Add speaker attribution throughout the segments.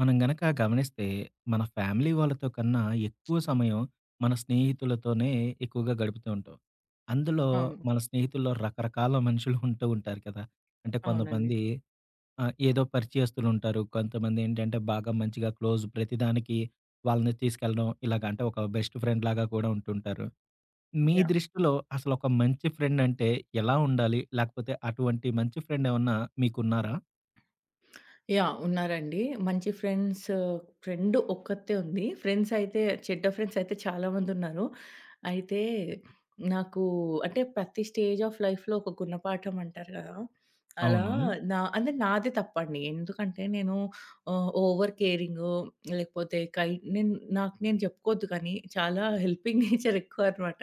Speaker 1: మనం గనక గమనిస్తే మన ఫ్యామిలీ వాళ్ళతో కన్నా ఎక్కువ సమయం మన స్నేహితులతోనే ఎక్కువగా గడుపుతూ ఉంటాం. అందులో
Speaker 2: అవును.
Speaker 1: మన స్నేహితుల్లో రకరకాల మనుషులు ఉంటూ ఉంటారు కదా! అంటే
Speaker 2: అవునండి.
Speaker 1: కొంతమంది ఏదో పరిచయస్తులు ఉంటారు. కొంతమంది ఏంటంటే బాగా మంచిగా క్లోజ్ ప్రతిదానికి వాళ్ళని తీసుకెళ్ళడం ఇలాగ అంటే ఒక బెస్ట్ ఫ్రెండ్‌లాగా కూడా ఉంటుంటారు. మీ
Speaker 2: యాహ్!
Speaker 1: దృష్టిలో అసలు ఒక మంచి ఫ్రెండ్ అంటే ఎలా ఉండాలి? లేకపోతే అటువంటి మంచి ఫ్రెండ్ ఏమన్నా మీకున్నారా?
Speaker 2: యాహ్! ఉన్నారండి. మంచి ఫ్రెండ్ ఒక్కతే ఉంది. ఫ్రెండ్స్ అయితే చెడ్డ ఫ్రెండ్స్ అయితే చాలా మందున్నారు. అయితే నాకు అంటే ప్రతి స్టేజ్ ఆఫ్ లైఫ్‌లో ఒక గుణపాఠం అంటారు గదా! అలా
Speaker 1: అవును.
Speaker 2: నా అంటే నాదే తప్పండి. ఎందుకంటే నేను ఓవర్ కేరింగు లేకపోతే కై నేను నాకు నేను చెప్పుకోవద్దు కానీ చాలా హెల్పింగ్ నేచర్ ఎక్కువ అనమాట.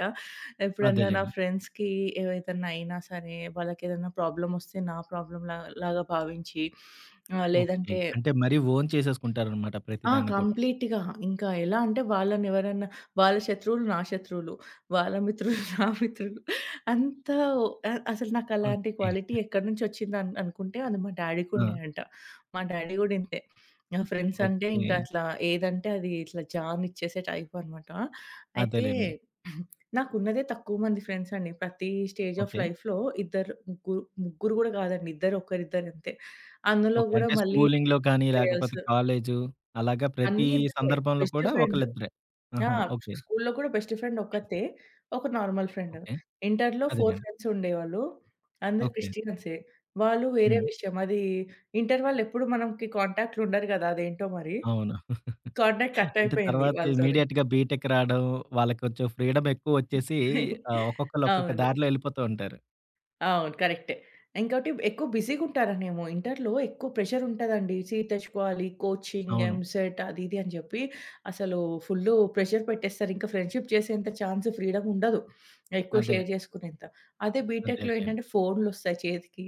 Speaker 2: ఎప్పుడన్నా నా
Speaker 1: అదేలెండి.
Speaker 2: ఫ్రెండ్స్‌కి ఏదైనా సరే, వాళ్ళకేదైనా ప్రాబ్లమ్ వస్తే నా ప్రాబ్లమ్ లాగా భావించి ఆహ్,
Speaker 1: ఓకే.
Speaker 2: లేదంటే
Speaker 1: అంటే మరీ ఓన్ చేసేసుకుంటారనమాట
Speaker 2: ఆ,
Speaker 1: ప్రతిదాన్ని కూడా.
Speaker 2: కంప్లీట్‌గా. ఇంకా ఎలా అంటే వాళ్ళని ఎవరన్నా వాళ్ళ శత్రువులు నా శత్రువులు. వాళ్ళ మిత్రులు నా మిత్రులు. అంత అ అసలు నాకు అలాంటి
Speaker 1: ఓకే.
Speaker 2: క్వాలిటీ ఎక్కడి నుంచి వచ్చిందని అనుకుంటే అది మా
Speaker 1: ఆ!
Speaker 2: డాడీ‌కుండే అంట. మా డాడీ గూడా ఇంతే. నా ఫ్రెండ్స్ అంటే
Speaker 1: ఓకే.
Speaker 2: ఇంకా అట్లా ఏదంటే అది ఇట్లా జాన్ ఇచ్చేసే టైప్ అనమాట. అయితే
Speaker 1: అదేలెండి.
Speaker 2: నాకున్నదే తక్కువ మంది ఫ్రెండ్స్ అండి. ప్రతి స్టేజ్ ఆఫ్
Speaker 1: ఓకే.
Speaker 2: లైఫ్‌లో ఇద్దరు, ముగ్గురు, గూడా కాదండి. ఇద్దరు ఒకరిద్దరు అంతే. అందులో
Speaker 1: ఓకే.
Speaker 2: గూడా
Speaker 1: అంటే
Speaker 2: మళ్ళీ
Speaker 1: స్కూలింగ్‌లో కానీ, లేకపోతే కాలేజు అలాగా ప్రతి
Speaker 2: అన్నీ ఇద్దరే.
Speaker 1: సందర్భంలో
Speaker 2: బెస్ట్
Speaker 1: కూడా
Speaker 2: ఫ్రెండ్.
Speaker 1: ఒకళ్ళిద్దరే.
Speaker 2: ఆ!
Speaker 1: ఆహా! ఓకే.
Speaker 2: స్కూల్లో కూడా బెస్ట్ ఫ్రెండ్ ఒక్కతే. ఒక నార్మల్ ఫ్రెండ్.
Speaker 1: ఓకే.
Speaker 2: ఇంటర్‌లో 4
Speaker 1: అదేనండి.
Speaker 2: ఫ్రెండ్స్ ఉండేవాళ్ళు. అందరూ
Speaker 1: ఓకే.
Speaker 2: క్రిస్టియన్సే. వాళ్ళు వేరే
Speaker 1: హ్మ్.
Speaker 2: విషయం. ఇంటర్ వాళ్ళు ఎప్పుడు మనకి కాంటాక్ట్‌లో ఉండరు గదా! అదేంటో మరి.
Speaker 1: అవును.
Speaker 2: కాంటాక్ట్ కట్
Speaker 1: అంటే
Speaker 2: అయిపోయింది
Speaker 1: తర్వాత
Speaker 2: వాళ్ళతోని.
Speaker 1: ఇమ్మీడియేట్‌గా బీటెక్ రావడం, వాళ్ళకి కొంచెం ఫ్రీడమ్ ఎక్కువొచ్చేసి ఒక్కొక్కళ్ళు ఒక్కొక్క
Speaker 2: అవును.
Speaker 1: దారిలో ఎళ్ళిపోతూ ఉంటారు.
Speaker 2: అవును. కరెక్టే. ఇంకోటి ఎక్కువ బిజీగుంటారనేమో. ఇంటర్‌లో ఎక్కువ ప్రెషర్ ఉంటదండి. సీట్ తెచ్చుకోవాలి, కోచింగ్,
Speaker 1: అవును.
Speaker 2: ఎంసెట్ అది ఇది అని జెప్పి అసలు ఫుల్లు ప్రెషర్ పెట్టేస్తారు. ఇంకా ఫ్రెండ్‌షిప్ చేసేంత ఛాన్స్, ఫ్రీడమ్ ఉండదు. ఎక్కువ
Speaker 1: అదే.
Speaker 2: షేర్ జేసుకునేంత. అదే
Speaker 1: అదే.
Speaker 2: బీటెక్‌లో
Speaker 1: అదే.
Speaker 2: ఏంటంటే ఫోన్‌లొస్తాయి చేతికి.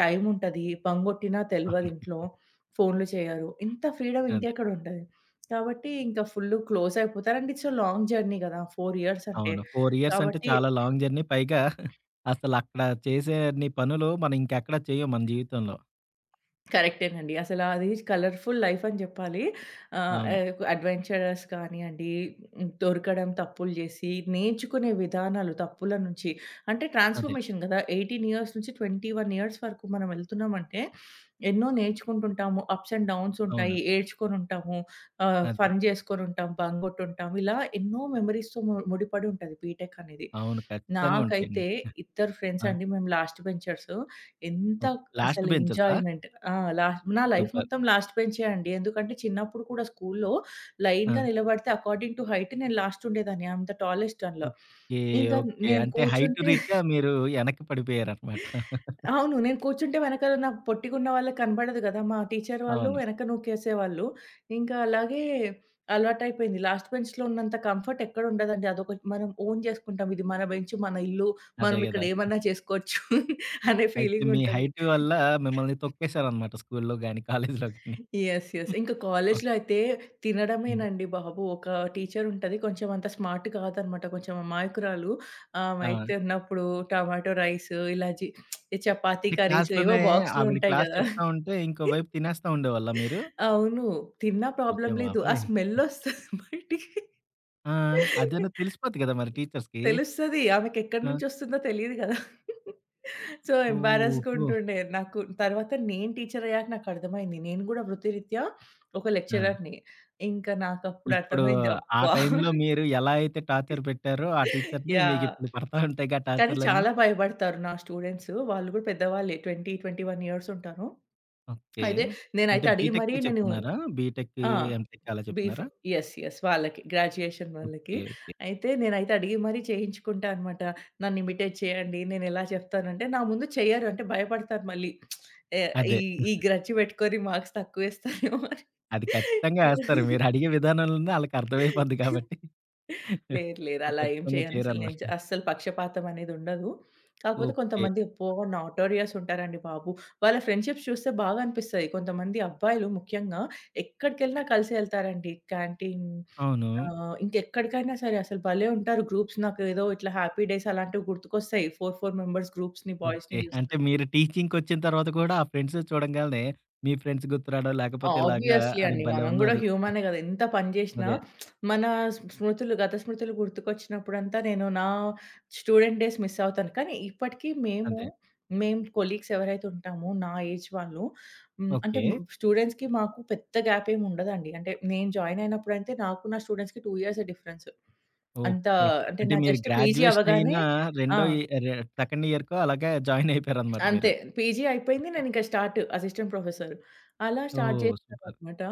Speaker 2: టైమ్ ఉంటది. బంగొట్టినా తెలవదు
Speaker 1: అవును.
Speaker 2: ఇంట్లో. ఫోన్‌లు చేయరు. ఇంత ఫ్రీడమ్
Speaker 1: అదే.
Speaker 2: ఇంకెక్కడ ఉంటది. కాబట్టి ఇంకా ఫుల్లు క్లోజ్ అయిపోతారు. And it's a long journey గదా! 4 ఇయర్స్ అంటే.
Speaker 1: అవును. 4 ఇయర్స్ అంటే
Speaker 2: కాబట్టి
Speaker 1: చాలా లాంగ్ జర్నీ. పైగా అసలక్కడ చేసేన్ని పనులు మనం ఇంకెక్కడ చేయం మన జీవితంలో.
Speaker 2: కరెక్టేనండి. అసల అది కలర్‌ఫుల్ లైఫ్ అని జెప్పాలి. ఆహ్,
Speaker 1: అవును.
Speaker 2: ఆహ్, అడ్వెంచరస్ కానియండి, దొరకడం, తప్పులు జేసి, నేర్చుకునే విధానాలు తప్పుల నుంచి అంటే
Speaker 1: అదే.
Speaker 2: ట్రాన్స్‌ఫర్మేషన్ గదా! 18 ఇయర్స్ నుంచి 21 ఇయర్స్ వరకు మనం వెళ్తున్నామంటే, ఎన్నో నేర్చుకుంటుంటాము. అప్స్ అండ్ డౌన్స్
Speaker 1: అవును.
Speaker 2: ఉంటాయి. ఏడ్చుకొనుంటాము.
Speaker 1: అదే.
Speaker 2: ఫన్ జేసుకొనుంటాం. బంగొట్టుంటాం. ఇలా ఎన్నో మెమరీస్‌తో ముడిపడి ఉంటది బీటెక్ అనేది.
Speaker 1: అవును. ఖచ్చితంగా ఉంటాయండి.
Speaker 2: నాకైతే ఇద్దరు ఫ్రెండ్స్
Speaker 1: ఆ!
Speaker 2: అండి. మేము లాస్ట్ బెంచర్స్. ఎంత
Speaker 1: ఓకే. లాస్ట్
Speaker 2: అసలు
Speaker 1: బెంచర్సా?
Speaker 2: ఎంజాయ్‌మెంట్. ఆ! నా లైఫ్
Speaker 1: సూపర్.
Speaker 2: మొత్తం లాస్ట్ బెంచే అండి. ఎందుకంటే చిన్నప్పుడు కూడా స్కూల్‌లో
Speaker 1: ఆ!
Speaker 2: లైన్‌గా నిలబడితే అకార్డింగ్ టు హైట్ నేను లాస్ట్ ఉండేదాన్ని. ఐ యామ్ ద టాలెస్ట్ అందులో.
Speaker 1: ఓకే.
Speaker 2: ఇంకా
Speaker 1: ఓకే.
Speaker 2: నేను
Speaker 1: అంటే హైట్
Speaker 2: కూర్చుంటే
Speaker 1: రీత్యా మీరు వెనక్కి పడిపోయారనమాట.
Speaker 2: అవును. నేను కూర్చుంటే వెనకాల నాకు పొట్టిగున్న వాళ్ళకి కనబడదు కదా! మా టీచర్ వాళ్ళు
Speaker 1: అవును.
Speaker 2: వెనక నూకేసేవాళ్ళు. ఇంకా అలాగే అలవాటైపోయింది. లాస్ట్ బెంచ్‌లో ఉన్నంత కంఫర్ట్ ఎక్కడ ఉండదండి. అదొక మనం ఓన్ చేసుకుంటాం. ఇది మన బెంచ్, మన ఇల్లు,
Speaker 1: అదే
Speaker 2: మనం ఇక్కడ
Speaker 1: గదా!
Speaker 2: ఏమన్నా చేసుకోవచ్చు అనే
Speaker 1: అయితే
Speaker 2: ఫీలింగ్
Speaker 1: మీ
Speaker 2: ఉంటది.
Speaker 1: హైట్ వల్ల మిమ్మల్ని తొక్కేసారనమాట స్కూల్లో గాని, కాలేజీలో గాని.
Speaker 2: Yes, yes. ఇంక కాలేజ్‌లో అయితే
Speaker 1: హ్మ్.
Speaker 2: తినడమేనండి బాబు! ఒక టీచర్ ఉంటది. కొంచెం అంత స్మార్ట్ కాదనమాట. కొంచెం అమాయకురాలు.
Speaker 1: ఆ!
Speaker 2: ఆమైతే ఉన్నప్పుడు టమాటో రైస్ ఇలా జి ఈ చపాతీ
Speaker 1: అంటే
Speaker 2: కర్రీస్
Speaker 1: క్లాస్‌లోనే
Speaker 2: ఏవో బాక్స్‌లో
Speaker 1: ఆవిడ
Speaker 2: ఉంటాయి
Speaker 1: క్లాస్
Speaker 2: గదా!
Speaker 1: చెప్తా ఉంటే ఇంకో వైపు తినేస్తా ఉండేవాళ్ళా మీరు?
Speaker 2: అవును. తిన్నా
Speaker 1: అయ్య
Speaker 2: ప్రాబ్లమ్ లేదు. ఆ
Speaker 1: బాబోయ్!
Speaker 2: స్మెల్ ఒస్తది బయటికి.
Speaker 1: ఆ! అదైనా తెలిసిపోద్ది కదా! మరి టీచర్స్‌కి.
Speaker 2: తెలుస్తది. ఆమెకెక్కడి
Speaker 1: ఆ!
Speaker 2: నుంచొస్తుందో తెలీదు గదా! సో, ఎంబారస్‌గా
Speaker 1: ఓహో!
Speaker 2: ఉంటుండే. నాకు తర్వాత నేను టీచరయ్యాక నాకర్థమైంది. నేను గూడా వృత్తిరీత్యా ఒక
Speaker 1: ఆ!
Speaker 2: లెక్చరర్‌ని. ఇంకా నాకప్పుడు
Speaker 1: ఇప్పుడు
Speaker 2: అర్థమైంది.
Speaker 1: ఆ
Speaker 2: అబ్బా!
Speaker 1: టైంలో మీరు ఎలా అయితే టార్చర్ పెట్టారో ఆ టీచర్‌ని
Speaker 2: యాహ్!
Speaker 1: మీకిప్పుడు పడతా ఉంటాయిగా
Speaker 2: కానీ
Speaker 1: టార్చర్‌లన్నీ.
Speaker 2: చాలా భయపడతారు నా స్టూడెంట్స్. వాళ్ళు గూడా పెద్దవాళ్ళే. 20, 21 ఇయర్స్ ఉంటారు.
Speaker 1: ఓకే.
Speaker 2: అయితే
Speaker 1: అంటే
Speaker 2: నేనైతే అడిగి మరీ
Speaker 1: బీటెక్‌కి
Speaker 2: నేను
Speaker 1: చెప్తున్నారా? బీటెక్‌కి,
Speaker 2: ఆ!
Speaker 1: ఎంటెక్‌కి అలా
Speaker 2: బీఫ్.
Speaker 1: చెప్తున్నారా?
Speaker 2: Yes, yes. వాళ్ళకి. గ్రాడ్యుయేషన్ వాళ్ళకి.
Speaker 1: ఓకే. ఓకే.
Speaker 2: అయితే నేనైతే అడిగి మరీ చేయించుకుంటా అనమాట. నన్ను ఇమిటేట్ చేయండి. నేనెలా చెప్తానంటే నా ముందు చెయ్యరు. అంటే భయపడతారు మళ్ళీ. ఏ ఈ
Speaker 1: అదే.
Speaker 2: ఈ గ్రడ్జ్ పెట్టుకొని మార్క్స్ తక్కువేస్తారేమో అని.
Speaker 1: అది ఖచ్చితంగా ఏస్తారు. మీరు అడిగే విధానంలోనే ఆళ్ళకి అర్థమైపోద్ది కాబట్టి.
Speaker 2: లేదు, లేదు.
Speaker 1: సో,
Speaker 2: అలా ఏం
Speaker 1: ఖచ్చితంగా
Speaker 2: చేయనసలు నేను.
Speaker 1: చేయరనమాట.
Speaker 2: అస్సలు పక్షపాతం అనేదుండదు. కాకపోతే
Speaker 1: ఓకే.
Speaker 2: కొంతమంది అబ్బో! నాటోరియస్ ఉంటారండి బాబు. వాళ్ళ ఫ్రెండ్‌షిప్స్ చూస్తే బాగా అనిపిస్తది. కొంతమంది అబ్బాయిలు ముఖ్యంగా ఎక్కడికెళ్ళినా కలిసే ఎళ్తారండి. క్యాంటీన్
Speaker 1: అవును.
Speaker 2: ఆ! ఇంకెక్కడికైనా సరే అసలు భలే ఉంటారు గ్రూప్స్. నాకేదో ఇట్లా హ్యాపీ డేస్ అలాంటివి గుర్తుకొస్తాయి. 4 మెంబర్స్ గ్రూప్స్‌ని
Speaker 1: ఓకే.
Speaker 2: బాయ్స్‌ని
Speaker 1: అంటే
Speaker 2: చూస్తుంటే.
Speaker 1: మీరు టీచింగ్‌కొచ్చిన తర్వాత కూడా ఆ ఫ్రెండ్స్ చూడంగాల్నే మీ ఫ్రెండ్స్ గుర్తు రాడం, లేకపోతే ఇలాగా
Speaker 2: ఆబ్వియస్‌లీ
Speaker 1: అరె
Speaker 2: అండి.
Speaker 1: భలే
Speaker 2: మనం గూడా
Speaker 1: ఉన్నారు.
Speaker 2: హ్యూమనే గదా! ఎంత పని జేషినా
Speaker 1: అదే.
Speaker 2: మన స్ స్మృతులు, గత స్మృతులు గుర్తుకొచ్చినప్పుడంతా నేను నా స్టూడెంట్ డేస్ మిస్ అవుతాను. కానీ ఇప్పటికి మేము,
Speaker 1: అదే.
Speaker 2: మేము కొలీగ్స్ ఎవరైతే ఉంటామో నా ఏజ్ వాళ్ళు హ్మ్. అంటే
Speaker 1: ఓకే.
Speaker 2: స్టూడెంట్స్‌కి మాకు పెద్ద గ్యాప్ ఏమి ఉండదండి. అంటే నేను జాయిన్ అయినప్పుడైతే నాకు నా స్టూడెంట్స్‌కి 2 ఇయర్సే డిఫరెన్స్. అంత
Speaker 1: ఓకే.
Speaker 2: అంటే
Speaker 1: అంటే
Speaker 2: నా
Speaker 1: మీరు
Speaker 2: జస్ట్ పీజీ
Speaker 1: గ్రాడ్యుయేషన్ అయిన
Speaker 2: అవ్వగానే ఆ!
Speaker 1: రెండో ఇ రె సెకండ్ ఇయర్‌కో అలాగా జాయిన్ అయిపోయారనమాట మీరు.
Speaker 2: అంతే. పీజీ అయిపోయింది.
Speaker 1: ఓకే.
Speaker 2: నేనింక స్టార్ట్ అసిస్టెంట్ ప్రొఫెసర్. అలా స్టార్ట్
Speaker 1: ఓహ్! సూపర్.
Speaker 2: చేశాననమాట.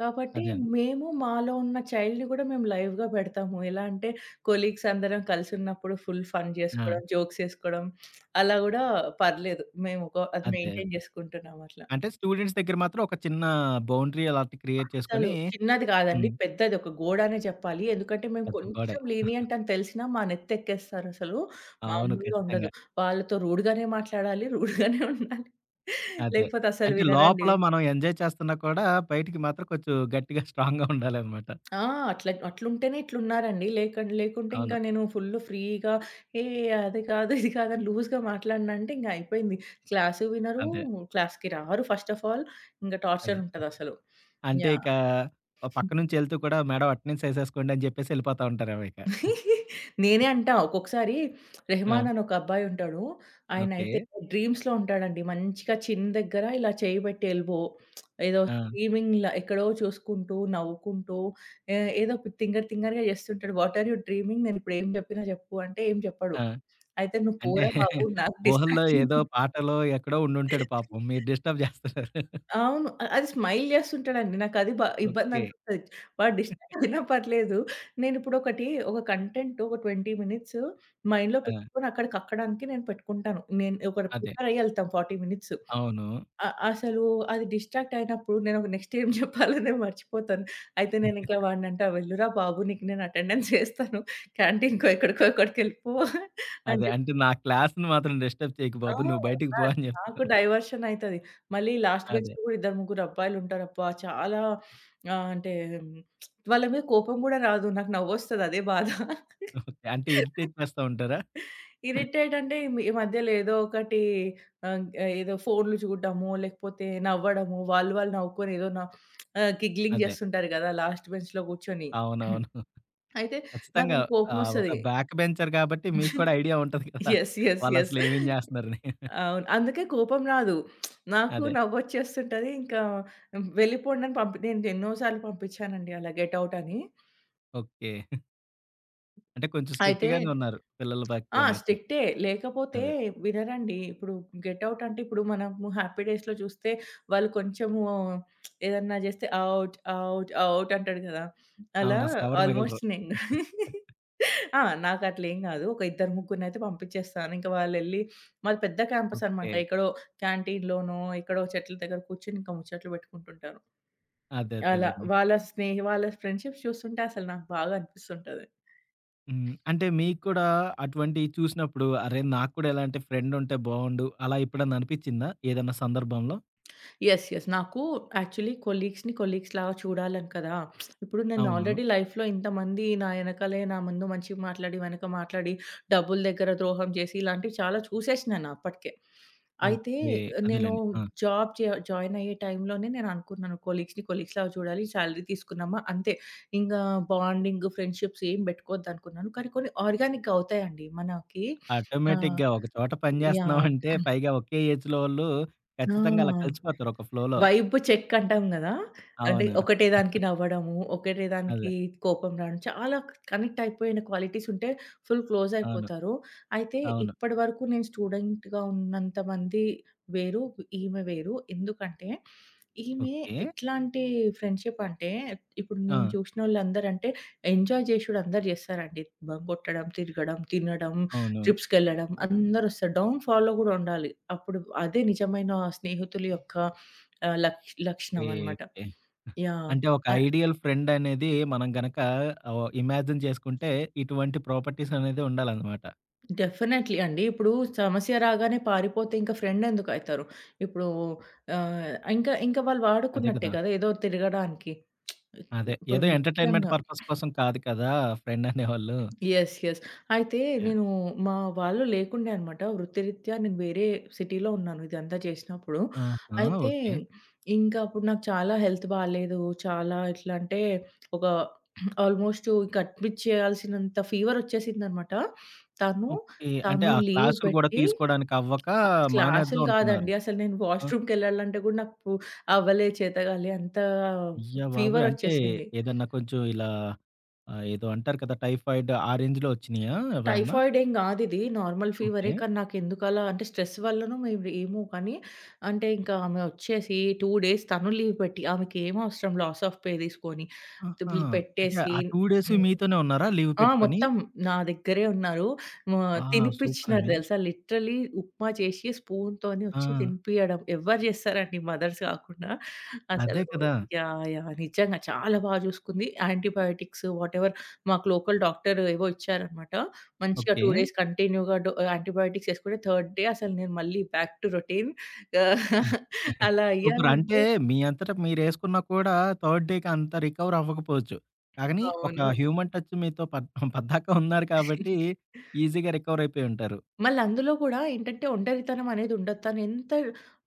Speaker 2: కాబట్టి
Speaker 1: అదే అండి.
Speaker 2: మేము మాలో ఉన్న చైల్డ్‌ని కూడా మేము లైవ్‌గా పెడతాము. ఎలా అంటే కొలీగ్స్ అందరం కలిసున్నప్పుడు ఫుల్ ఫన్
Speaker 1: ఆ!
Speaker 2: జేసుకోవడం, జోక్స్ ఏసుకోవడం అలా గూడా పర్లేదు. మేము ఒక అది
Speaker 1: అదే.
Speaker 2: మెయింటైన్
Speaker 1: అదే.
Speaker 2: జేసుకుంటున్నాం అట్లా.
Speaker 1: అంటే స్టూడెంట్స్ దగ్గర మాత్రం ఒక చిన్న బౌండరీ అలాంటి క్రియేట్
Speaker 2: అసలు
Speaker 1: చేసుకొని
Speaker 2: చిన్నది కాదండి.
Speaker 1: హ్మ్.
Speaker 2: పెద్దది ఒక గోడనే చెప్పాలి. ఎందుకంటే మేము
Speaker 1: పెద్ద గోడే.
Speaker 2: కొంచెం లీనియంట్ అని తెలిసినా మా నెత్తెక్కేస్తారసలు.
Speaker 1: అవును.
Speaker 2: మామూలుగా
Speaker 1: ఖచ్చితంగా.
Speaker 2: ఉండదు. వాళ్ళతో రూడ్‌గానే మాట్లాడాలి. రూడ్‌గానే ఉండాలి.
Speaker 1: అదే.
Speaker 2: లేకపోతే అసలు
Speaker 1: అంటే
Speaker 2: వినరండి.
Speaker 1: లోపల మనం ఎంజాయ్ చేస్తున్నా కూడా బయటికి మాత్రం కొంచెం గట్టిగా, స్ట్రాంగ్‌గా ఉండాలనమాట.
Speaker 2: ఆ! అట్లా అట్లుంటేనే ఇట్లున్నారండి. లేకుంటే
Speaker 1: అవును.
Speaker 2: ఇంకా నేను ఫుల్ ఫ్రీగా ఏ అది కాదు, ఇది కాదు అని లూజ్‌గా మాట్లాడినంటే ఇంక అయిపోయింది. క్లాసు వినరు,
Speaker 1: అంతే.
Speaker 2: క్లాస్‌కి రారు ఫస్ట్ ఆఫ్ ఆల్. ఇంక
Speaker 1: అదే.
Speaker 2: టార్చర్ ఉంటదసలు.
Speaker 1: అంటే
Speaker 2: యాహ్!
Speaker 1: ఇక ఓ పక్క నుంచెళ్తూ కూడా మేడం అటెండెన్స్ ఏసేసుకోండి అని జెప్పేసి ఎళ్ళిపోతా ఉంటారేమో ఇక.
Speaker 2: నేనే అంటా ఒక్కొక్కసారి
Speaker 1: ఆ!
Speaker 2: రెహమాన్ అని ఒక అబ్బాయి ఉంటాడు.
Speaker 1: ఓకే.
Speaker 2: ఆయనైతే డ్రీమ్స్‌లో ఉంటాడండి. మంచిగా చిన్ దగ్గర ఇలా చేయి పెట్టి ఎల్బో ఏదో
Speaker 1: ఆ!
Speaker 2: స్ట్రీమింగ్‌లా ఎక్కడో చూసుకుంటూ, నవ్వుకుంటూ ఏ ఏదో తింగర్ తింగరగా చేస్తుంటాడు. What are you dreaming? నేను ఇప్పుడు ఏం చెప్పినా చెప్పు అంటే ఏం చెప్పడు.
Speaker 1: ఆ!
Speaker 2: అయితే "నువ్వు
Speaker 1: అంటే
Speaker 2: పోరా బాబు నాకు
Speaker 1: ఊహల్లో
Speaker 2: డిస్ట్రాక్షన్".
Speaker 1: ఏదో పాటలో ఎక్కడో ఉండుంటాడు పాపం. మీరు డిస్టర్బ్ జేస్తున్నారు.
Speaker 2: అవును. అది స్మైల్ జేస్తుంటాడండి. నాకది
Speaker 1: ఓకే.
Speaker 2: ఇబ్బందనిపిస్తది. వాడు డిస్ట్రాక్ట్ అయినా పర్లేదు. నేనిప్పుడొకటి ఒక కంటెంట్ ఒక 20 మినిట్స్ మైండ్‌లో
Speaker 1: ఆ!
Speaker 2: పెట్టుకొని అక్కడికక్కడానికి నేను పెట్టుకుంటాను. నేను ఒక
Speaker 1: అదే.
Speaker 2: ప్రిపేర్ అయ్యి ఎళ్తాం 40 మినిట్స్.
Speaker 1: అవును.
Speaker 2: అ అసలు అది డిస్ట్రాక్ట్ అయినప్పుడు నేను ఒక నెక్స్ట్ ఏం జెప్పాలో నేను మర్చిపోతాను. అయితే నేనింకా వాడినంటా "వెళ్లురా బాబు! నీకు నేను అటెండెన్స్ ఏస్తాను. క్యాంటీన్‌కో ఎక్కడికెళ్ళిపో" అని
Speaker 1: అదే.
Speaker 2: జెప్
Speaker 1: అంటే నా క్లాస్‌ని మాత్రం డిస్టర్బ్ చేయకు
Speaker 2: ఆ!
Speaker 1: బాబు. నువ్వు బయటికి
Speaker 2: ఆ!
Speaker 1: పో అని
Speaker 2: నాకు
Speaker 1: జెప్తాను.
Speaker 2: డైవర్షన్ అయితది. మళ్ళీ లాస్ట్
Speaker 1: అదే.
Speaker 2: బెంచ్‌లో కూడా ఇద్దరు, ముగ్గురు అబ్బాయిలుంటారబ్బా! చాలా ఆహ్, అంటే వాళ్ళ మీద కోపం కూడా రాదు. నాకు నవ్వొస్తది అదే బాధ.
Speaker 1: ఓకే. అంటే ఇరిటేట్ చేస్తా ఉంటారా?
Speaker 2: ఇరిటేట్ అంటే ఈ మధ్యలో ఏదో ఒకటి ఆహ్, ఏదో ఫోన్‌లు చూడడము, లేకపోతే నవ్వడము, వాళ్ళు వాళ్ళు నవ్వుకొని గిగ్లింగ్
Speaker 1: అదే.
Speaker 2: చేస్తుంటారు కదా! లాస్ట్ బెంచ్‌లో కూర్చొని.
Speaker 1: అవునవును.
Speaker 2: అయితే నాకు
Speaker 1: ఖచ్చితంగా.
Speaker 2: ఇంక
Speaker 1: ఒక
Speaker 2: కోపమొస్తది.
Speaker 1: బ్యాక్ బెంచర్ గాబట్టి మీకు కూడా ఐడియా ఉంటది కదా!
Speaker 2: Yes, yes, yes.
Speaker 1: వాళ్ళసలు ఏమేం జేస్తున్నారని.
Speaker 2: అవును. అందుకే కోపం రాదు. నాకు
Speaker 1: అదే.
Speaker 2: నవ్వొచ్చేస్తుంటది. వెళ్ళిపోండని నేను ఎన్నో సార్లు పంపించానండి అలా గెట్ ఔట్ అని.
Speaker 1: ఓకే. అంటే కొంచెం స్ట్రిక్ట్
Speaker 2: అయితే
Speaker 1: గానే ఉన్నారు. పిల్లల
Speaker 2: ఆ!
Speaker 1: పట్ల మాత్రం.
Speaker 2: స్ట్రిక్టే. లేకపోతే
Speaker 1: అదే.
Speaker 2: వినరండి. ఇప్పుడు గెట్ ఔట్ అంటే ఇప్పుడు మనము హ్యాపీ డేస్‌లో చూస్తే వాళ్ళు కొంచెము ఏదన్నా చేస్తే ఔట్, ఔట్, ఔట్ అంటాడు కదా! అలా
Speaker 1: అవును. అసలెవరు మిగలరు.
Speaker 2: ఆల్మోస్ట్ నేను ఆ! నాకట్లేం కాదు. ఒక ఇద్దరు ముగ్గురినైతే పంపించేస్తాను. ఇంకా వాళ్ళెళ్ళి మాది పెద్ద క్యాంపస్
Speaker 1: ఓకే.
Speaker 2: అనమాట. ఎక్కడో క్యాంటీన్‌లోనో, ఎక్కడో చెట్ల దగ్గర కూర్చొని ఇంకా ముచ్చట్లు పెట్టుకుంటుంటారు.
Speaker 1: అదే
Speaker 2: అలా
Speaker 1: అదేలెండి.
Speaker 2: వాళ్ళ ఫ్రెండ్‌షిప్స్ చూస్తుంటే అసలు నాకు బాగా అనిపిస్తుంటది.
Speaker 1: హ్మ్. అంటే మీకు కూడా అటువంటియి చూసినప్పుడు అరే! నాకు కూడా ఇలాంటి ఫ్రెండ్ ఉంటే బావుండు అలా ఎప్పుడన్నా అనిపిచ్చిందా? ఏదన్నా సందర్భంలో?
Speaker 2: Yes, yes. నాకు యాక్చువల్లీ కొలీగ్స్‌ని కొలీగ్స్‌లాగా చూడాలని కదా! ఇప్పుడు నేను
Speaker 1: అవును.
Speaker 2: ఆల్రెడీ లైఫ్‌లో ఇంతమంది నా ఎనకాలే నా ముందు మంచిగా మాట్లాడి, వెనక మాట్లాడి, డబ్బుల దగ్గర ద్రోహం చేసి ఇలాంటివి చాలా చూసేసినా నేను అప్పటికే. అయితే
Speaker 1: ఓకే.
Speaker 2: నేను
Speaker 1: అదేలెండి. ఆ!
Speaker 2: జాబ్ జ జాయిన్ అయ్యే టైంలోనే నేను అనుకున్నాను కొలీగ్స్‌ని కొలీగ్స్‌లాగా చూడాలి. సాలరీ తీసుకున్నామా అంతే. ఇంగా బాండింగ్, ఫ్రెండ్‌షిప్స్ ఏం పెట్టుకోవద్దనుకున్నాను. కానీ కొన్ని ఆర్గానిక్‌గా అవుతాయండి మనకి. ఆహ్,
Speaker 1: ఆటోమేటిక్‌గా ఒక చోట పని
Speaker 2: యాహ్!
Speaker 1: జేస్తున్నామంటే పైగా ఒకే ఏజ్‌లో వాళ్ళు
Speaker 2: ఆ!
Speaker 1: ఖచ్చితంగా అలా కలిసిపోతారు ఒక ఫ్లోలో.
Speaker 2: వైబ్ చెక్ అంటాం గదా! అంటే
Speaker 1: అవును.
Speaker 2: ఒకటే దానికి నవ్వడము, ఒకటే
Speaker 1: అదే.
Speaker 2: దానికి కోపం రావడం చాలా కనెక్ట్ అయిపోయిన క్వాలిటీస్ ఉంటే ఫుల్ క్లోజ్
Speaker 1: అవును.
Speaker 2: అయిపోతారు. అయితే
Speaker 1: అవును.
Speaker 2: ఇప్పటివరకు నేను స్టూడెంట్‌గా ఉన్నంత మంది వేరు, ఈమె వేరు. ఎందుకంటే ఈమె
Speaker 1: ఓకే.
Speaker 2: ఎట్లాంటి ఫ్రెండ్‌షిప్ అంటే ఇప్పుడు నేను
Speaker 1: ఆ!
Speaker 2: చూసినోళ్ళందరూ అంటే ఎంజాయ్ జేశుడు అందరూ జేస్తారండి. బంక్ గొట్టడం, తిరగడం, తినడం
Speaker 1: అవును.
Speaker 2: ట్రిప్స్‌కెళ్ళడం అందరొస్తారు. డౌన్ ఫాల్‌లో గూడా ఉండాలి. అప్పుడు అదే నిజమైన స్నేహితుల యొక్క ఆహ్, లక్ష్
Speaker 1: ఓకే.
Speaker 2: లక్షణం అనమాట.
Speaker 1: ఓకే.
Speaker 2: యాహ్!
Speaker 1: అంటే ఒక
Speaker 2: అ
Speaker 1: ఐడియల్ ఫ్రెండ్ అనేది మనం గనక ఇమాజిన్ చేసుకుంటే ఇటువంటి ప్రాపర్టీస్ అనేది ఉండాలనమాట.
Speaker 2: డెఫినైట్‌లీ అండి. ఇప్పుడు సమస్య రాగానే పారిపోతే ఇంక ఫ్రెండ్ ఎందుకైతారు? ఇప్పుడు ఆహ్, ఇంకా ఇంకా వాళ్ళు
Speaker 1: అదే
Speaker 2: వాడుకున్నట్టే
Speaker 1: కదా!
Speaker 2: కదా! ఏదో తిరగడానికి.
Speaker 1: అదే.
Speaker 2: ఇప్పుడు
Speaker 1: ఏదో ఎంటర్‌టైన్‌మెంట్
Speaker 2: ముఖ్యంగా
Speaker 1: పర్పస్ కోసం కాదు కదా! ఫ్రెండ్ అనేవాళ్ళు.
Speaker 2: Yes, yes. అయితే
Speaker 1: యాహ్!
Speaker 2: నేను మా వాళ్ళు లేకుండే అనమాట. వృత్తిరీత్యా నేను వేరే సిటీలో ఉన్నాను ఇదంతా చేసినప్పుడు.
Speaker 1: ఆహా!
Speaker 2: అయితే
Speaker 1: ఓకే.
Speaker 2: ఇంకా అప్పుడు నాకు చాలా హెల్త్ బాలేదు. చాలా ఎట్లా అంటే ఒక ఆల్‌మోస్ట్ ఇంక అడ్మిట్ చేయాల్సినంత ఫీవర్ వచ్చేసిందనమాట. తను,
Speaker 1: ఓకే. అంటే
Speaker 2: తను
Speaker 1: ఆ
Speaker 2: లీవ్
Speaker 1: క్లాసులు గూడా
Speaker 2: పెట్టి
Speaker 1: తీసుకోవడానికి అవ్వక మానేద్దాం
Speaker 2: క్లాసులు
Speaker 1: అనుకున్నారు.
Speaker 2: కాదండి. అసలు నేను
Speaker 1: ఆ!
Speaker 2: వాష్‌రూమ్‌కెళ్ళాలంటే కూడా నాకు అవ్వలే, చేతగాలే అంత
Speaker 1: అయ్య బాబోయ్!
Speaker 2: ఫీవర్
Speaker 1: అంటే
Speaker 2: వచ్చేసింది.
Speaker 1: ఏదన్నా కొంచెం ఇలా ఏదో అంటారు కదా! టైఫాయిడ్ ఆ రేంజ్‌లో వచ్చినాయా ఏవన్నా?
Speaker 2: టైఫాయిడ్ ఏం గాదిది. నార్మల్ ఫీవరే.
Speaker 1: ఓకే.
Speaker 2: కానీ నాకెందుకలా అంటే స్ట్రెస్ వల్లనో మేబీ ఏమో కానీ అంటే ఇంకా ఆమె ఒచ్చేసి 2 డేస్ తను లీవ్ పెట్టి ఆమెకేం అవసరం లాస్ ఆఫ్ పే తీసుకొని,
Speaker 1: ఆహా!
Speaker 2: తుబిల్
Speaker 1: అంటే
Speaker 2: పెట్టేసి
Speaker 1: ఆ 2 డేస్ మీతోనే ఉన్నారా లీవ్
Speaker 2: ఆ!
Speaker 1: పెట్టుకొని?
Speaker 2: మొత్తం నా దగ్గరే ఉన్నారు. మా
Speaker 1: వావ్! సూపర్
Speaker 2: తినిపిచ్చినారు
Speaker 1: అండి.
Speaker 2: తెలుసా? లిటరల్లీ ఉప్మా చేసి స్పూన్‌తోని
Speaker 1: ఆ!
Speaker 2: వచ్చి తినిపియడం. ఎవ్వరు చేస్తారండి మదర్స్ కాకుండా.
Speaker 1: అదే
Speaker 2: అసలు
Speaker 1: కదా!
Speaker 2: Yeah, yeah! నిజంగా చాలా బాగా చూసుకుంది. యాంటీబయోటిక్స్ వాటెవర్ మాకు లోకల్ డాక్టర్ ఏవో ఇచ్చారనమాట. మంచిగా
Speaker 1: ఓకే.
Speaker 2: 2 డేస్ కంటిన్యూ‌గా డో యాంటీబయోటిక్స్ ఏసుకుంటే థర్డ్ డే అసలు నేను మళ్ళీ బ్యాక్ టు రొటీన్.
Speaker 1: హ్మ్.
Speaker 2: ఆహ్, అలా
Speaker 1: సూపర్. అంటే
Speaker 2: అయ్యానంటే
Speaker 1: మీ అంతట మీరేసుకున్నా కూడా థర్డ్ డేకి అంత రికవర్ అవ్వకపోవచ్చు. కానీ ఒక
Speaker 2: అవునవును.
Speaker 1: హ్యూమన్ టచ్ మీతో పద్దాక ఉన్నారు కాబట్టి ఈజీగా రికవర్ అయిపోయి ఉంటారు.
Speaker 2: మళ్ళీ అందులో గూడా ఏంటంటే ఒంటరితనం అనేది ఉండదు. తను ఎంత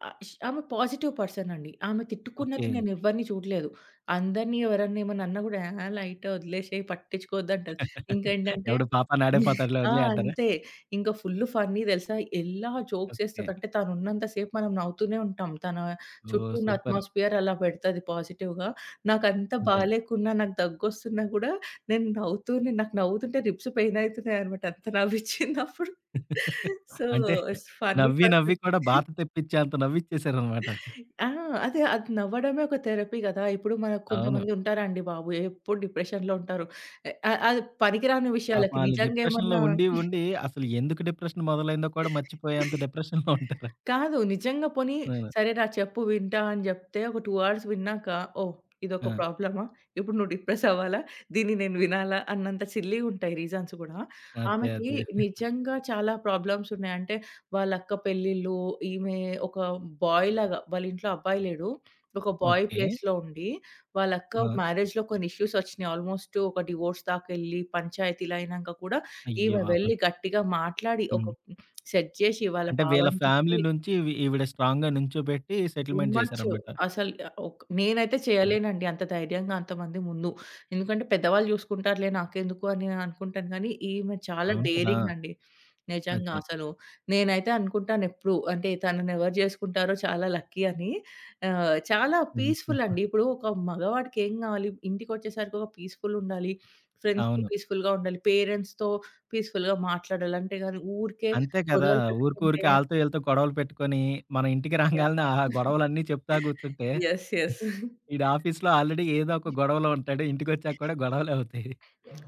Speaker 2: ఆహ్, ష్ ఆమె పాజిటివ్ పర్సన్ అండి. ఆమె
Speaker 1: ఓకే.
Speaker 2: తిట్టుకున్నది నేను ఎవ్వరిని చూడలేదు. అందరిని ఎవరన్నా ఏమన్నా అన్నా గూడా, "ఆ! లైట్ వదిలేసేయి పట్టించుకోవద్దు" అంటది. ఇంకేంటంటే
Speaker 1: ఎవడు పాపానాడే పోతాడులే
Speaker 2: ఆ!
Speaker 1: వదిలేయి అంటారా?
Speaker 2: అంతే. ఇంకా ఫుల్లు ఫన్నీ తెలుసా? ఎలా జోక్స్
Speaker 1: ఓకే.
Speaker 2: ఏస్తదంటే తనున్నంత సేపు మనం నవ్వుతూనే ఉంటాం. తన చుట్టూ
Speaker 1: ఓహ్!
Speaker 2: ఉన్న
Speaker 1: సూపర్.
Speaker 2: అట్మాస్ఫియర్ అలా పెడతది పాజిటివ్‌గా. నాకంత
Speaker 1: అదే.
Speaker 2: బాలేకున్నా, నాకు దగ్గొస్తున్నా గూడా నేను నవ్వుతూనే నాకు నవ్వుతుంటే రిబ్స్ పెయిన్ అయితున్నాయనమాట. అంత నవ్విచ్చింది అప్పుడు. సో,
Speaker 1: అంటే
Speaker 2: ఇట్స్ ఫన్నీ
Speaker 1: నవ్వి నవ్వి
Speaker 2: పర్సన్.
Speaker 1: కూడా బాధ తెప్పించేంత నవ్విచ్చేసారనమాట.
Speaker 2: ఆ! అదే అది నవ్వడమే ఒక థెరపీ గదా! ఇప్పుడు మనకు
Speaker 1: అవును.
Speaker 2: కొంతమంది ఉంటారండి బాబు ఎప్పుడు డిప్రెషన్‌లో ఉంటారు. ఎ అ అది పనికిరాని
Speaker 1: పాపం
Speaker 2: విషయాలకి
Speaker 1: ఆళ్ళు
Speaker 2: నిజంగా
Speaker 1: డిప్రెషన్‌లో
Speaker 2: ఏమన్నా
Speaker 1: ఉండి, ఉండి అసలు ఎందుకు డిప్రెషన్ మొదలైందో కూడా మర్చిపోయేంత డిప్రెషన్‌లో ఉంటారు.
Speaker 2: కాదు. నిజంగా పోనీ
Speaker 1: అవును.
Speaker 2: సరేరా చెప్పు వింటా అని జెప్తే ఒక 2 అవర్స్ విన్నాక ఓహ్! ఇదొక
Speaker 1: ఆ!
Speaker 2: ప్రాబ్లమా? ఇప్పుడు నువ్వు డిప్రెస్ అవ్వాలా? దీన్ని నేను వినాలా? అన్నంత సిల్లీగుంటాయి రీజన్స్ గూడా.
Speaker 1: అదే.
Speaker 2: ఆమెకి
Speaker 1: అదే.
Speaker 2: నిజంగా చాలా ప్రాబ్లమ్స్ ఉన్నాయి. అంటే వాళ్ళ అక్క పెళ్ళిళ్ళు, ఈమె ఒక బాయ్ లాగా వాళ్ళ ఇంట్లో అబ్బాయి లేడు. ఒక బాయ్
Speaker 1: ఓకే.
Speaker 2: ప్లేస్‌లో ఉండి వాళ్ళ అక్క
Speaker 1: ఆ!
Speaker 2: మ్యారేజ్‌లో కొన్ని ఇష్యూస్ వచ్చినాయి. ఆల్మోస్ట్ ఒక డివోర్స్ దాకెళ్ళి పంచాయతీలయినంక కూడా
Speaker 1: అయ్య
Speaker 2: ఈమె వెళ్లి
Speaker 1: బాబోయ్!
Speaker 2: గట్టిగా మాట్లాడి
Speaker 1: హ్మ్.
Speaker 2: సెట్ చేసి వాళ్ళ
Speaker 1: అంటే వీళ్ళ ఫ్యామిలీ
Speaker 2: భావంతికి.
Speaker 1: నుంచి ఇవి ఈవిడ స్ట్రాంగ్‌గా నించోబెట్టి
Speaker 2: టూ
Speaker 1: సెటిల్‌మెంట్
Speaker 2: మచ్.
Speaker 1: చేశారన్నమాట.
Speaker 2: అసలు నేనైతే
Speaker 1: హ్మ్.
Speaker 2: చేయలేనండి అంత ధైర్యంగా అంతమంది ముందు. ఎందుకంటే పెద్దవాళ్ళు చూసుకుంటారులే నాకెందుకు అని నేను అనుకుంటాను గానీ, ఈమె చాలా
Speaker 1: అవును కదా!
Speaker 2: డేరింగ్ అండి. నిజంగా
Speaker 1: అదే.
Speaker 2: అసలు. నేనైతే అనుకుంటాను ఎప్పుడు అంటే తనని ఎవరు చేసుకుంటారో చాలా లక్కీ అని. చాలా
Speaker 1: హ్మ్.
Speaker 2: పీస్‌ఫుల్
Speaker 1: హ్మ్.
Speaker 2: అండి. ఇప్పుడు ఒక మగవాడికి ఏం కావాలి? ఇంటికొచ్చేసరికి ఒక పీస్‌ఫుల్ ఉండాలి. ఫ్రెండ్స్‌తో
Speaker 1: అవును.
Speaker 2: పీస్‌ఫుల్‌గా ఉండాలి. పేరెంట్స్‌తో పీస్‌ఫుల్‌గా మాట్లాడాలి. అంతేగాని ఊరికే
Speaker 1: అంతే కదా!
Speaker 2: గొడవలు పెట్టుకుంటే
Speaker 1: ఊరికూరికే ఆళ్ళతో, ఈళ్ళతో గొడవలు పెట్టుకొని, మనం ఇంటికి
Speaker 2: యాహ్!
Speaker 1: రాంగాల్నే ఆ గొడవలన్నీ చెప్తా కూర్చుంటే,
Speaker 2: యెస్, యెస్.
Speaker 1: ఈడు ఆఫీస్‌లో ఆల్రెడీ ఏదో ఒక గొడవలో ఉంటాడు. ఇంటికొచ్చాక కూడా గొడవలే అవుతాయి.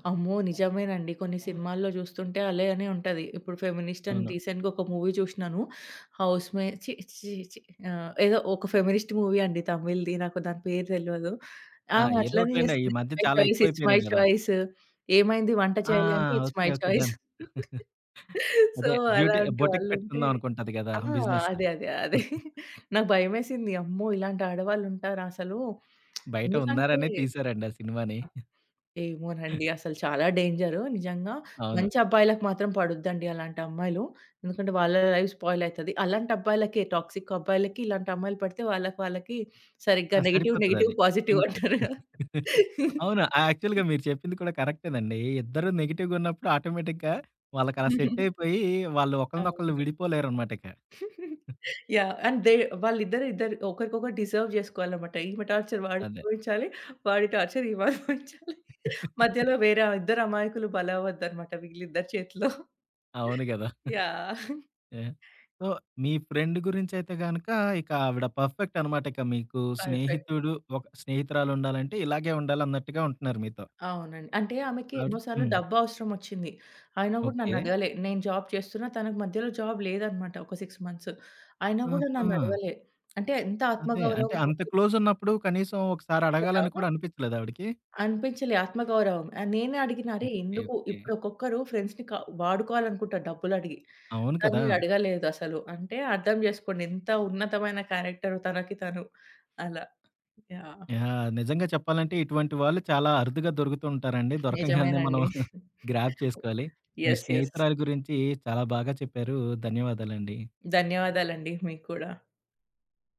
Speaker 2: అమ్మో! నిజమేనండి. కొన్ని సినిమాల్లో చూస్తుంటే అలానే ఉంటది. ఇప్పుడు ఫెమినిస్ట్ అని
Speaker 1: అవును.
Speaker 2: రీసెంట్‌గా ఒక మూవీ చూసినాను. హౌస్ మే ఛీ! ఛీ! ఛీ! ఏదో ఒక ఫెమినిస్ట్ మూవీ అండి తమిళ్‌ది. నాకు దాని పేరు తెలవదు.
Speaker 1: ఆ!
Speaker 2: ఆమె అట్లనే
Speaker 1: ఏదోకటిలెండి. ఈ
Speaker 2: చేస్తది.
Speaker 1: మధ్య
Speaker 2: "ఇట్స్ మై
Speaker 1: చాలా
Speaker 2: చాయిస్, ఇట్స్ మై
Speaker 1: ఎక్కువైపోయినాయి గదా!
Speaker 2: చాయిస్. ఏమైంది వంట
Speaker 1: ఆ!
Speaker 2: చేయాలి అంటే it's
Speaker 1: okay.
Speaker 2: My
Speaker 1: okay.
Speaker 2: Choice."
Speaker 1: Done.
Speaker 2: So,
Speaker 1: అదే బ్యూటీ
Speaker 2: అలాంటి
Speaker 1: బొటిక్
Speaker 2: వాళ్ళుంటే
Speaker 1: పెట్టుకుందాం అనుకుంటది గదా!
Speaker 2: ఆ!
Speaker 1: బిజినెస్.
Speaker 2: అదే. నాకు భయమేసింది. అమ్మో! ఇలాంటి ఆడవాళ్ళుంటారా అసలు?
Speaker 1: బయట
Speaker 2: ఎందుకంటే
Speaker 1: ఉన్నారనే తీశారండి ఆ సినిమాని.
Speaker 2: ఏమోనండి. అసలు చాలా డేంజరు. నిజంగా
Speaker 1: అవును.
Speaker 2: మంచి అబ్బాయిలకు మాత్రం పడొద్దండి అలాంటి అమ్మాయిలు. ఎందుకంటే వాళ్ళ లైఫ్ స్పాయిల్ అయితది. అలాంటి అబ్బాయిలకే టాక్సిక్ అబ్బాయిలకి ఇలాంటి అమ్మాయిలు పడితే వాళ్ళకి వాళ్ళకి సరిగ్గా
Speaker 1: ఆ!
Speaker 2: నెగెటివ్,
Speaker 1: సరిపోతదది.
Speaker 2: Negative positive
Speaker 1: think.
Speaker 2: అంటారు కదా!
Speaker 1: అవును. యాక్చువల్‌గా మీరు చెప్పింది కూడా కరెక్టేనండి. ఇద్దరు నెగెటివ్‌గున్నప్పుడు ఆటోమేటిక్‌గా వాళ్ళకలా సెట్టయిపోయి, వాళ్ళు ఒకళ్ళనొకళ్ళు
Speaker 2: అవును.
Speaker 1: విడిపోలేరనమాట ఇక.
Speaker 2: యాహ్! అండ్ దే వాళ్ళిద్దరు ఒకరికొకరు డిజర్వ్ చేసుకోవాలన్నమాట. ఈమె టార్చర్ వాడు
Speaker 1: అదే.
Speaker 2: అనుభవించాలి. వాడి టార్చర్ ఈమె అనుభవించాలి. మధ్యలో వేరే ఇద్దరు అమాయకులు బలవ్వద్దన్నమాట వీళ్ళిద్దరి చేతిలో.
Speaker 1: అవును గదా!
Speaker 2: యాహ్!
Speaker 1: ఓకే. సో, మీ ఫ్రెండ్ గురించైతే గనక ఇక ఆవిడ పర్ఫెక్ట్ అనమాట. ఇక మీకు
Speaker 2: పర్ఫెక్ట్.
Speaker 1: స్నేహితుడు ఒక స్నేహితురాలుండాలంటే ఇలాగే ఉండాలన్నట్టుగా ఉంటున్నారు మీతో.
Speaker 2: అవునండి. అంటే ఆమెకి
Speaker 1: ఆవిడ
Speaker 2: ఎన్నో సార్లు
Speaker 1: హ్మ్.
Speaker 2: డబ్బవసరమొచ్చింది. అయినా గూడా
Speaker 1: ఓకే.
Speaker 2: నన్నడగలే. నేను జాబ్ చేస్తున్నా, తనకు మధ్యలో జాబ్ లేదనమాట ఒక 6 మంత్స్. అయినా గూడా
Speaker 1: ఆహా!
Speaker 2: నన్నడగలే. అంటే ఎంత
Speaker 1: అదే. అంటే
Speaker 2: ఆత్మగౌరవం
Speaker 1: అంత క్లోజున్నప్పుడు కనీసం ఒకసారి అడగాలని
Speaker 2: కదా!
Speaker 1: కూడా అనిపించలేదా ఆవిడకి?
Speaker 2: అనిపించలే ఆత్మగౌరవం. నేనే అడిగిన, "అరే!
Speaker 1: ఓకే.
Speaker 2: ఎందుకు?"
Speaker 1: ఓకే.
Speaker 2: ఇప్పుడు ఒక్కొక్కరు ఫ్రెండ్స్‌ని క వాడుకోవాలనుకుంటారు డబ్బులడిగి.
Speaker 1: అవును కదా!
Speaker 2: తను అడగలేదసలు. అంటే అర్థం చేసుకోండి ఎంత ఉన్నతమైన క్యారెక్టర్ తనకి తను. అలా. యాహ్!
Speaker 1: యాహ్! నిజంగా చెప్పాలంటే ఇటువంటి వాళ్ళు చాలా అరుదుగా దొరుకుతూ ఉంటారండి. దొరకంగాల్నే మనం
Speaker 2: నిజమేనండి.
Speaker 1: గ్రాబ్ చేసుకోవాలి. మీ
Speaker 2: యెస్, యెస్.
Speaker 1: స్నేహితురాలు గురించి చాలా బాగా చెప్పారు. ధన్యవాదాలండి.
Speaker 2: ధన్యవాదాలండి మీకు కూడా.